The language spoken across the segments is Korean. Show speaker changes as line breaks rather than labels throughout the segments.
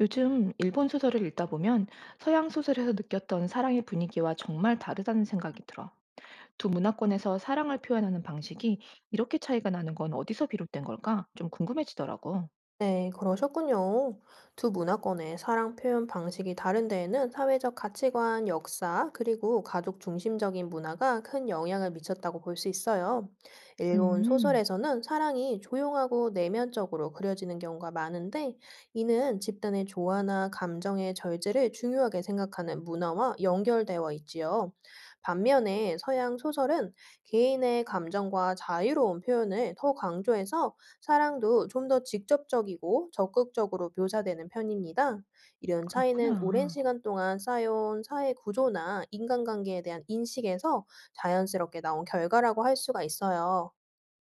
요즘 일본 소설을 읽다 보면 서양 소설에서 느꼈던 사랑의 분위기와 정말 다르다는 생각이 들어. 두 문화권에서 사랑을 표현하는 방식이 이렇게 차이가 나는 건 어디서 비롯된 걸까? 좀 궁금해지더라고.
네, 그러셨군요. 두 문화권의 사랑 표현 방식이 다른 데에는 사회적 가치관, 역사, 그리고 가족 중심적인 문화가 큰 영향을 미쳤다고 볼 수 있어요. 일본
음,
소설에서는 사랑이 조용하고 내면적으로 그려지는 경우가 많은데, 이는 집단의 조화나 감정의 절제를 중요하게 생각하는 문화와 연결되어 있지요. 반면에 서양 소설은 개인의 감정과 자유로운 표현을 더 강조해서 사랑도 좀 더 직접적이고 적극적으로 묘사되는 편입니다. 이런 차이는 오랜
그렇구나.
시간 동안 쌓여온 사회 구조나 인간관계에 대한 인식에서 자연스럽게 나온 결과라고 할 수가 있어요.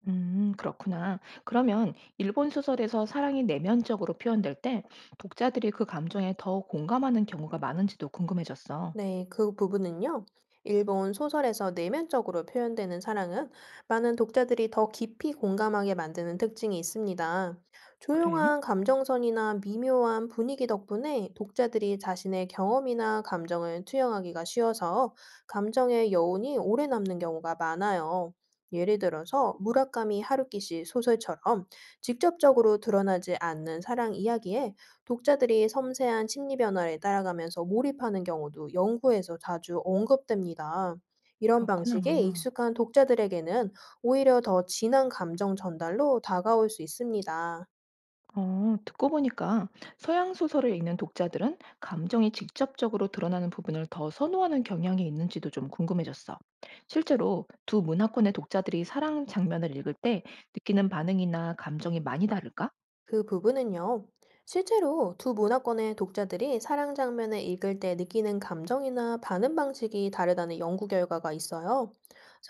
그렇구나. 그러면 일본 소설에서 사랑이 내면적으로 표현될 때 독자들이 그 감정에 더 공감하는 경우가 많은지도 궁금해졌어.
네, 그 부분은요. 일본 소설에서 내면적으로 표현되는 사랑은 많은 독자들이 더 깊이 공감하게 만드는 특징이 있습니다.
그래?
조용한 감정선이나 미묘한 분위기 덕분에 독자들이 자신의 경험이나 감정을 투영하기가 쉬워서 감정의 여운이 오래 남는 경우가 많아요. 예를 들어서 무라카미 하루키 씨 소설처럼 직접적으로 드러나지 않는 사랑 이야기에 독자들이 섬세한 심리 변화를 따라가면서 몰입하는 경우도 연구에서 자주 언급됩니다. 이런 방식이
그렇구나.
익숙한 독자들에게는 오히려 더 진한 감정 전달로 다가올 수 있습니다.
듣고 보니까 서양 소설을 읽는 독자들은 감정이 직접적으로 드러나는 부분을 더 선호하는 경향이 있는지도 좀 궁금해졌어. 실제로 두 문화권의 독자들이 사랑 장면을 읽을 때 느끼는 반응이나 감정이 많이 다를까?
그 부분은요. 실제로 두 문화권의 독자들이 사랑 장면을 읽을 때 느끼는 감정이나 반응 방식이 다르다는 연구 결과가 있어요.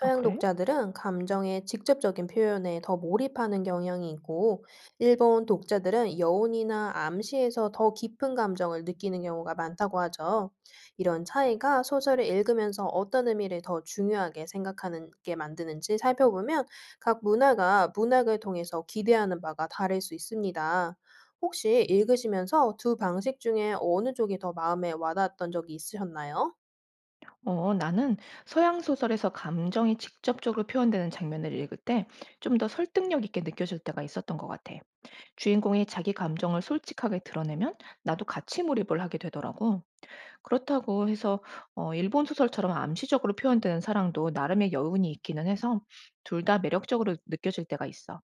아, 그래?
독자들은 감정의 직접적인 표현에 더 몰입하는 경향이 있고, 일본 독자들은 여운이나 암시에서 더 깊은 감정을 느끼는 경우가 많다고 하죠. 이런 차이가 소설을 읽으면서 어떤 의미를 더 중요하게 생각하는 게 만드는지 살펴보면 각 문화가 문학을 통해서 기대하는 바가 다를 수 있습니다. 혹시 읽으시면서 두 방식 중에 어느 쪽이 더 마음에 와닿았던 적이 있으셨나요?
나는 서양 소설에서 감정이 직접적으로 표현되는 장면을 읽을 때 좀 더 설득력 있게 느껴질 때가 있었던 것 같아. 주인공이 자기 감정을 솔직하게 드러내면 나도 같이 몰입을 하게 되더라고. 그렇다고 해서 일본 소설처럼 암시적으로 표현되는 사랑도 나름의 여운이 있기는 해서 둘 다 매력적으로 느껴질 때가 있어.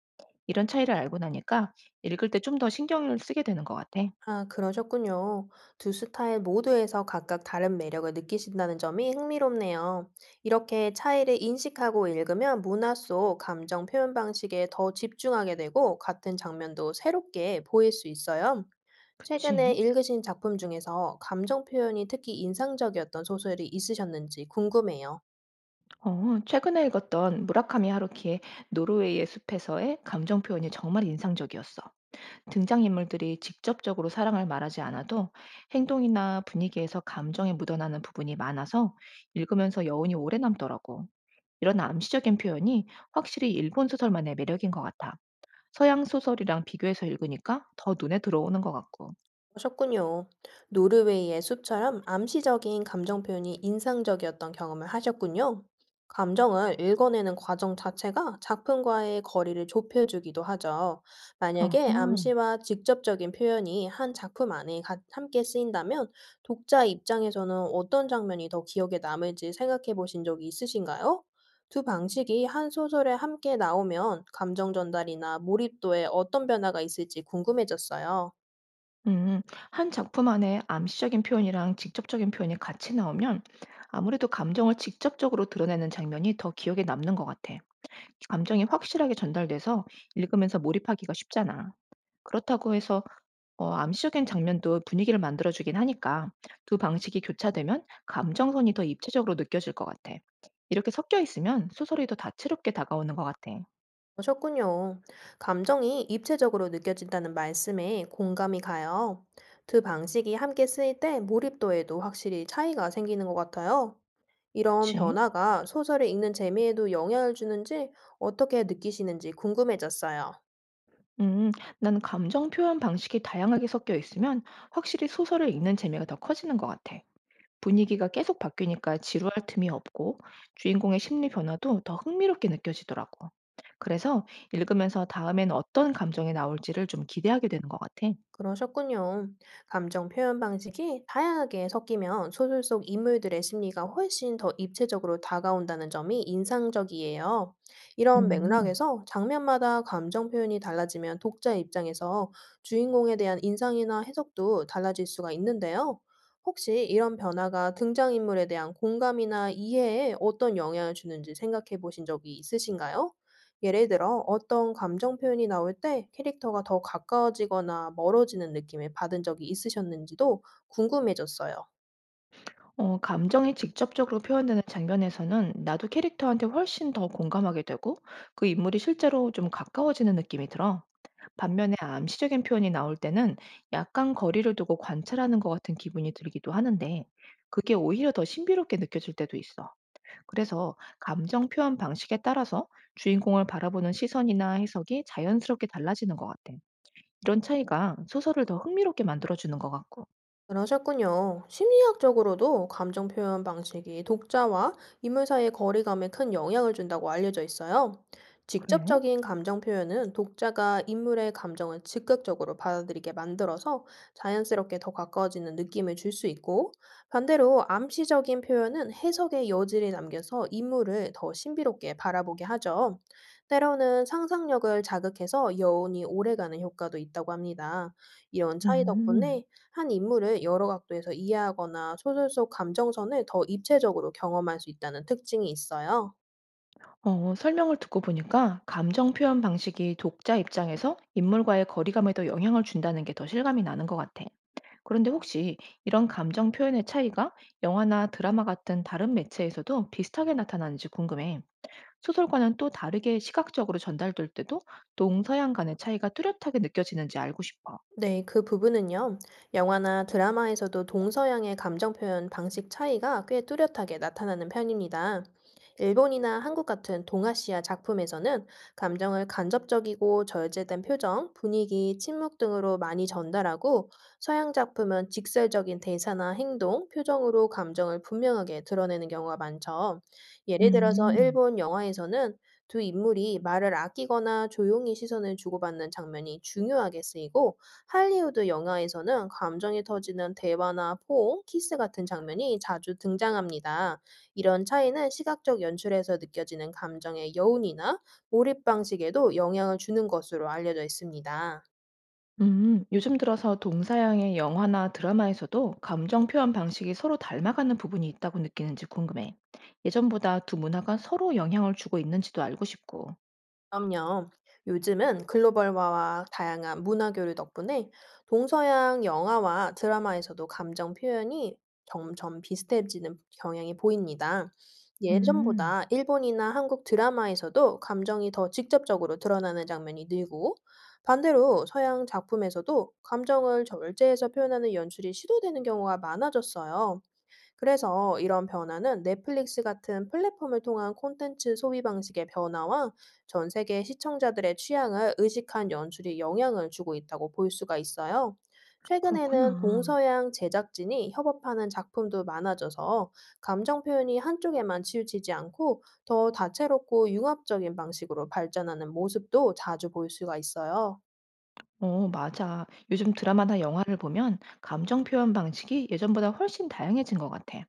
이런 차이를 알고 나니까 읽을 때 좀 더 신경을 쓰게 되는 것 같아.
아, 그러셨군요. 두 스타일 모두에서 각각 다른 매력을 느끼신다는 점이 흥미롭네요. 이렇게 차이를 인식하고 읽으면 문화 속 감정 표현 방식에 더 집중하게 되고 같은 장면도 새롭게 보일 수 있어요. 최근에
그치?
읽으신 작품 중에서 감정 표현이 특히 인상적이었던 소설이 있으셨는지 궁금해요.
최근에 읽었던 무라카미 하루키의 노르웨이의 숲에서의 감정 표현이 정말 인상적이었어. 등장인물들이 직접적으로 사랑을 말하지 않아도 행동이나 분위기에서 감정에 묻어나는 부분이 많아서 읽으면서 여운이 오래 남더라고. 이런 암시적인 표현이 확실히 일본 소설만의 매력인 것 같아. 서양 소설이랑 비교해서 읽으니까 더 눈에 들어오는 것 같고.
하셨군요. 노르웨이의 숲처럼 암시적인 감정 표현이 인상적이었던 경험을 하셨군요. 감정을 읽어내는 과정 자체가 작품과의 거리를 좁혀주기도 하죠.
어
만약에
음,
암시와 직접적인 표현이 한 작품 안에 함께 쓰인다면 독자 입장에서는 어떤 장면이 더 기억에 남을지 생각해 보신 적이 있으신가요? 두 방식이 한 소설에 함께 나오면 감정 전달이나 몰입도에 어떤 변화가 있을지 궁금해졌어요.
음, 한 작품 안에 암시적인 표현이랑 직접적인 표현이 같이 나오면 아무래도 감정을 직접적으로 드러내는 장면이 더 기억에 남는 것 같아. 감정이 확실하게 전달돼서 읽으면서 몰입하기가 쉽잖아. 그렇다고 해서 암시적인 장면도 분위기를 만들어주긴 하니까 두 방식이 교차되면 감정선이 더 입체적으로 느껴질 것 같아. 이렇게 섞여 있으면 소설이 더 다채롭게 다가오는 것 같아.
그러셨군요. 감정이 입체적으로 느껴진다는 말씀에 공감이 가요. 두 방식이 함께 쓰일 때 몰입도에도 확실히 차이가 생기는 것 같아요. 이런
그치?
변화가 소설을 읽는 재미에도 영향을 주는지 어떻게 느끼시는지 궁금해졌어요.
음, 난 감정 표현 방식이 다양하게 섞여 있으면 확실히 소설을 읽는 재미가 더 커지는 것 같아. 분위기가 계속 바뀌니까 지루할 틈이 없고 주인공의 심리 변화도 더 흥미롭게 느껴지더라고. 그래서 읽으면서 다음엔 어떤 감정이 나올지를 좀 기대하게 되는 것 같아.
그러셨군요. 감정 표현 방식이 다양하게 섞이면 소설 속 인물들의 심리가 훨씬 더 입체적으로 다가온다는 점이 인상적이에요. 이런
음.
맥락에서 장면마다 감정 표현이 달라지면 독자 입장에서 주인공에 대한 인상이나 해석도 달라질 수가 있는데요. 혹시 이런 변화가 등장인물에 대한 공감이나 이해에 어떤 영향을 주는지 생각해 보신 적이 있으신가요? 예를 들어 어떤 감정 표현이 나올 때 캐릭터가 더 가까워지거나 멀어지는 느낌을 받은 적이 있으셨는지도 궁금해졌어요.
감정이 직접적으로 표현되는 장면에서는 나도 캐릭터한테 훨씬 더 공감하게 되고 그 인물이 실제로 좀 가까워지는 느낌이 들어. 반면에 암시적인 표현이 나올 때는 약간 거리를 두고 관찰하는 것 같은 기분이 들기도 하는데 그게 오히려 더 신비롭게 느껴질 때도 있어. 그래서 감정 표현 방식에 따라서 주인공을 바라보는 시선이나 해석이 자연스럽게 달라지는 것 같아. 이런 차이가 소설을 더 흥미롭게 만들어주는 것 같고.
그러셨군요. 심리학적으로도 감정 표현 방식이 독자와 인물 사이의 거리감에 큰 영향을 준다고 알려져 있어요.
그래?
직접적인 감정 표현은 독자가 인물의 감정을 즉각적으로 받아들이게 만들어서 자연스럽게 더 가까워지는 느낌을 줄 수 있고, 반대로 암시적인 표현은 해석의 여지를 남겨서 인물을 더 신비롭게 바라보게 하죠. 때로는 상상력을 자극해서 여운이 오래가는 효과도 있다고 합니다. 이런 차이 덕분에
음.
한 인물을 여러 각도에서 이해하거나 소설 속 감정선을 더 입체적으로 경험할 수 있다는 특징이 있어요.
설명을 듣고 보니까 감정 표현 방식이 독자 입장에서 인물과의 거리감에도 영향을 준다는 게 더 실감이 나는 것 같아. 그런데 혹시 이런 감정 표현의 차이가 영화나 드라마 같은 다른 매체에서도 비슷하게 나타나는지 궁금해. 소설과는 또 다르게 시각적으로 전달될 때도 동서양 간의 차이가 뚜렷하게 느껴지는지 알고 싶어.
네, 그 부분은요. 영화나 드라마에서도 동서양의 감정 표현 방식 차이가 꽤 뚜렷하게 나타나는 편입니다. 일본이나 한국 같은 동아시아 작품에서는 감정을 간접적이고 절제된 표정, 분위기, 침묵 등으로 많이 전달하고 서양 작품은 직설적인 대사나 행동, 표정으로 감정을 분명하게 드러내는 경우가 많죠. 예를 들어서
음.
일본 영화에서는 두 인물이 말을 아끼거나 조용히 시선을 주고받는 장면이 중요하게 쓰이고 할리우드 영화에서는 감정이 터지는 대화나 포옹, 키스 같은 장면이 자주 등장합니다. 이런 차이는 시각적 연출에서 느껴지는 감정의 여운이나 몰입 방식에도 영향을 주는 것으로 알려져 있습니다.
요즘 들어서 동서양의 영화나 드라마에서도 감정 표현 방식이 서로 닮아가는 부분이 있다고 느끼는지 궁금해. 예전보다 두 문화가 서로 영향을 주고 있는지도 알고 싶고.
그럼요. 요즘은 글로벌화와 다양한 문화 교류 덕분에 동서양 영화와 드라마에서도 감정 표현이 점점 비슷해지는 경향이 보입니다.
음.
예전보다 일본이나 한국 드라마에서도 감정이 더 직접적으로 드러나는 장면이 늘고, 반대로 서양 작품에서도 감정을 절제해서 표현하는 연출이 시도되는 경우가 많아졌어요. 그래서 이런 변화는 넷플릭스 같은 플랫폼을 통한 콘텐츠 소비 방식의 변화와 전 세계 시청자들의 취향을 의식한 연출이 영향을 주고 있다고 볼 수가 있어요. 최근에는
그렇구나.
동서양 제작진이 협업하는 작품도 많아져서 감정 표현이 한쪽에만 치우치지 않고 더 다채롭고 융합적인 방식으로 발전하는 모습도 자주 볼 수가 있어요.
맞아. 요즘 드라마나 영화를 보면 감정 표현 방식이 예전보다 훨씬 다양해진 것 같아.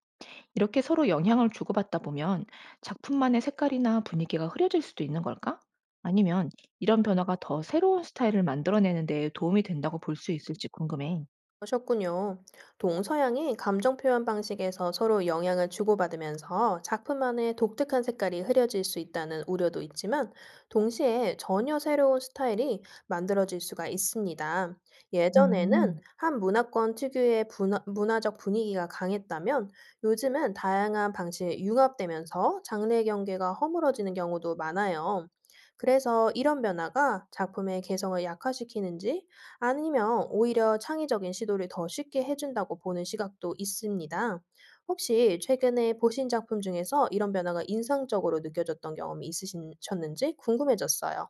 이렇게 서로 영향을 주고받다 보면 작품만의 색깔이나 분위기가 흐려질 수도 있는 걸까? 아니면 이런 변화가 더 새로운 스타일을 만들어내는 데 도움이 된다고 볼 수 있을지 궁금해.
하셨군요. 동서양이 감정 표현 방식에서 서로 영향을 주고받으면서 작품 안에 독특한 색깔이 흐려질 수 있다는 우려도 있지만, 동시에 전혀 새로운 스타일이 만들어질 수가 있습니다. 예전에는
음.
한 문화권 특유의 문화적 분위기가 강했다면, 요즘은 다양한 방식이 융합되면서 장르 경계가 허물어지는 경우도 많아요. 그래서 이런 변화가 작품의 개성을 약화시키는지 아니면 오히려 창의적인 시도를 더 쉽게 해준다고 보는 시각도 있습니다. 혹시 최근에 보신 작품 중에서 이런 변화가 인상적으로 느껴졌던 경험이 있으셨는지 궁금해졌어요.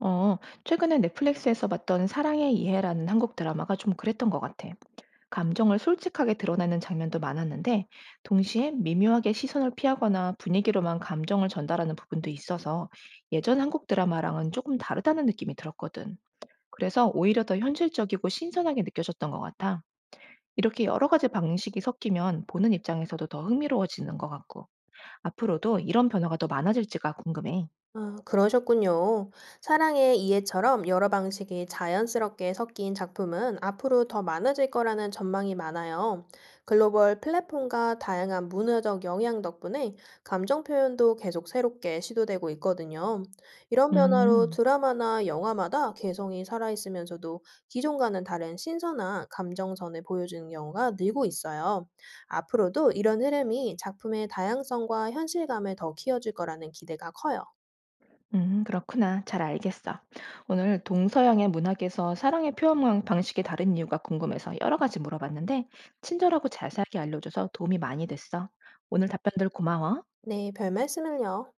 어, 최근에 넷플릭스에서 봤던 사랑의 이해라는 한국 드라마가 좀 그랬던 것 같아. 감정을 솔직하게 드러내는 장면도 많았는데, 동시에 미묘하게 시선을 피하거나 분위기로만 감정을 전달하는 부분도 있어서 예전 한국 드라마랑은 조금 다르다는 느낌이 들었거든. 그래서 오히려 더 현실적이고 신선하게 느껴졌던 것 같아. 이렇게 여러 가지 방식이 섞이면 보는 입장에서도 더 흥미로워지는 것 같고, 앞으로도 이런 변화가 더 많아질지가 궁금해.
아, 그러셨군요. 사랑의 이해처럼 여러 방식이 자연스럽게 섞인 작품은 앞으로 더 많아질 거라는 전망이 많아요. 글로벌 플랫폼과 다양한 문화적 영향 덕분에 감정 표현도 계속 새롭게 시도되고 있거든요. 이런 변화로
음.
드라마나 영화마다 개성이 살아있으면서도 기존과는 다른 신선한 감정선을 보여주는 경우가 늘고 있어요. 앞으로도 이런 흐름이 작품의 다양성과 현실감을 더 키워줄 거라는 기대가 커요.
그렇구나. 잘 알겠어. 오늘 동서양의 문학에서 사랑의 표현 방식이 다른 이유가 궁금해서 여러 가지 물어봤는데, 친절하고 자세하게 알려줘서 도움이 많이 됐어. 오늘 답변들 고마워.
네, 별말씀을요.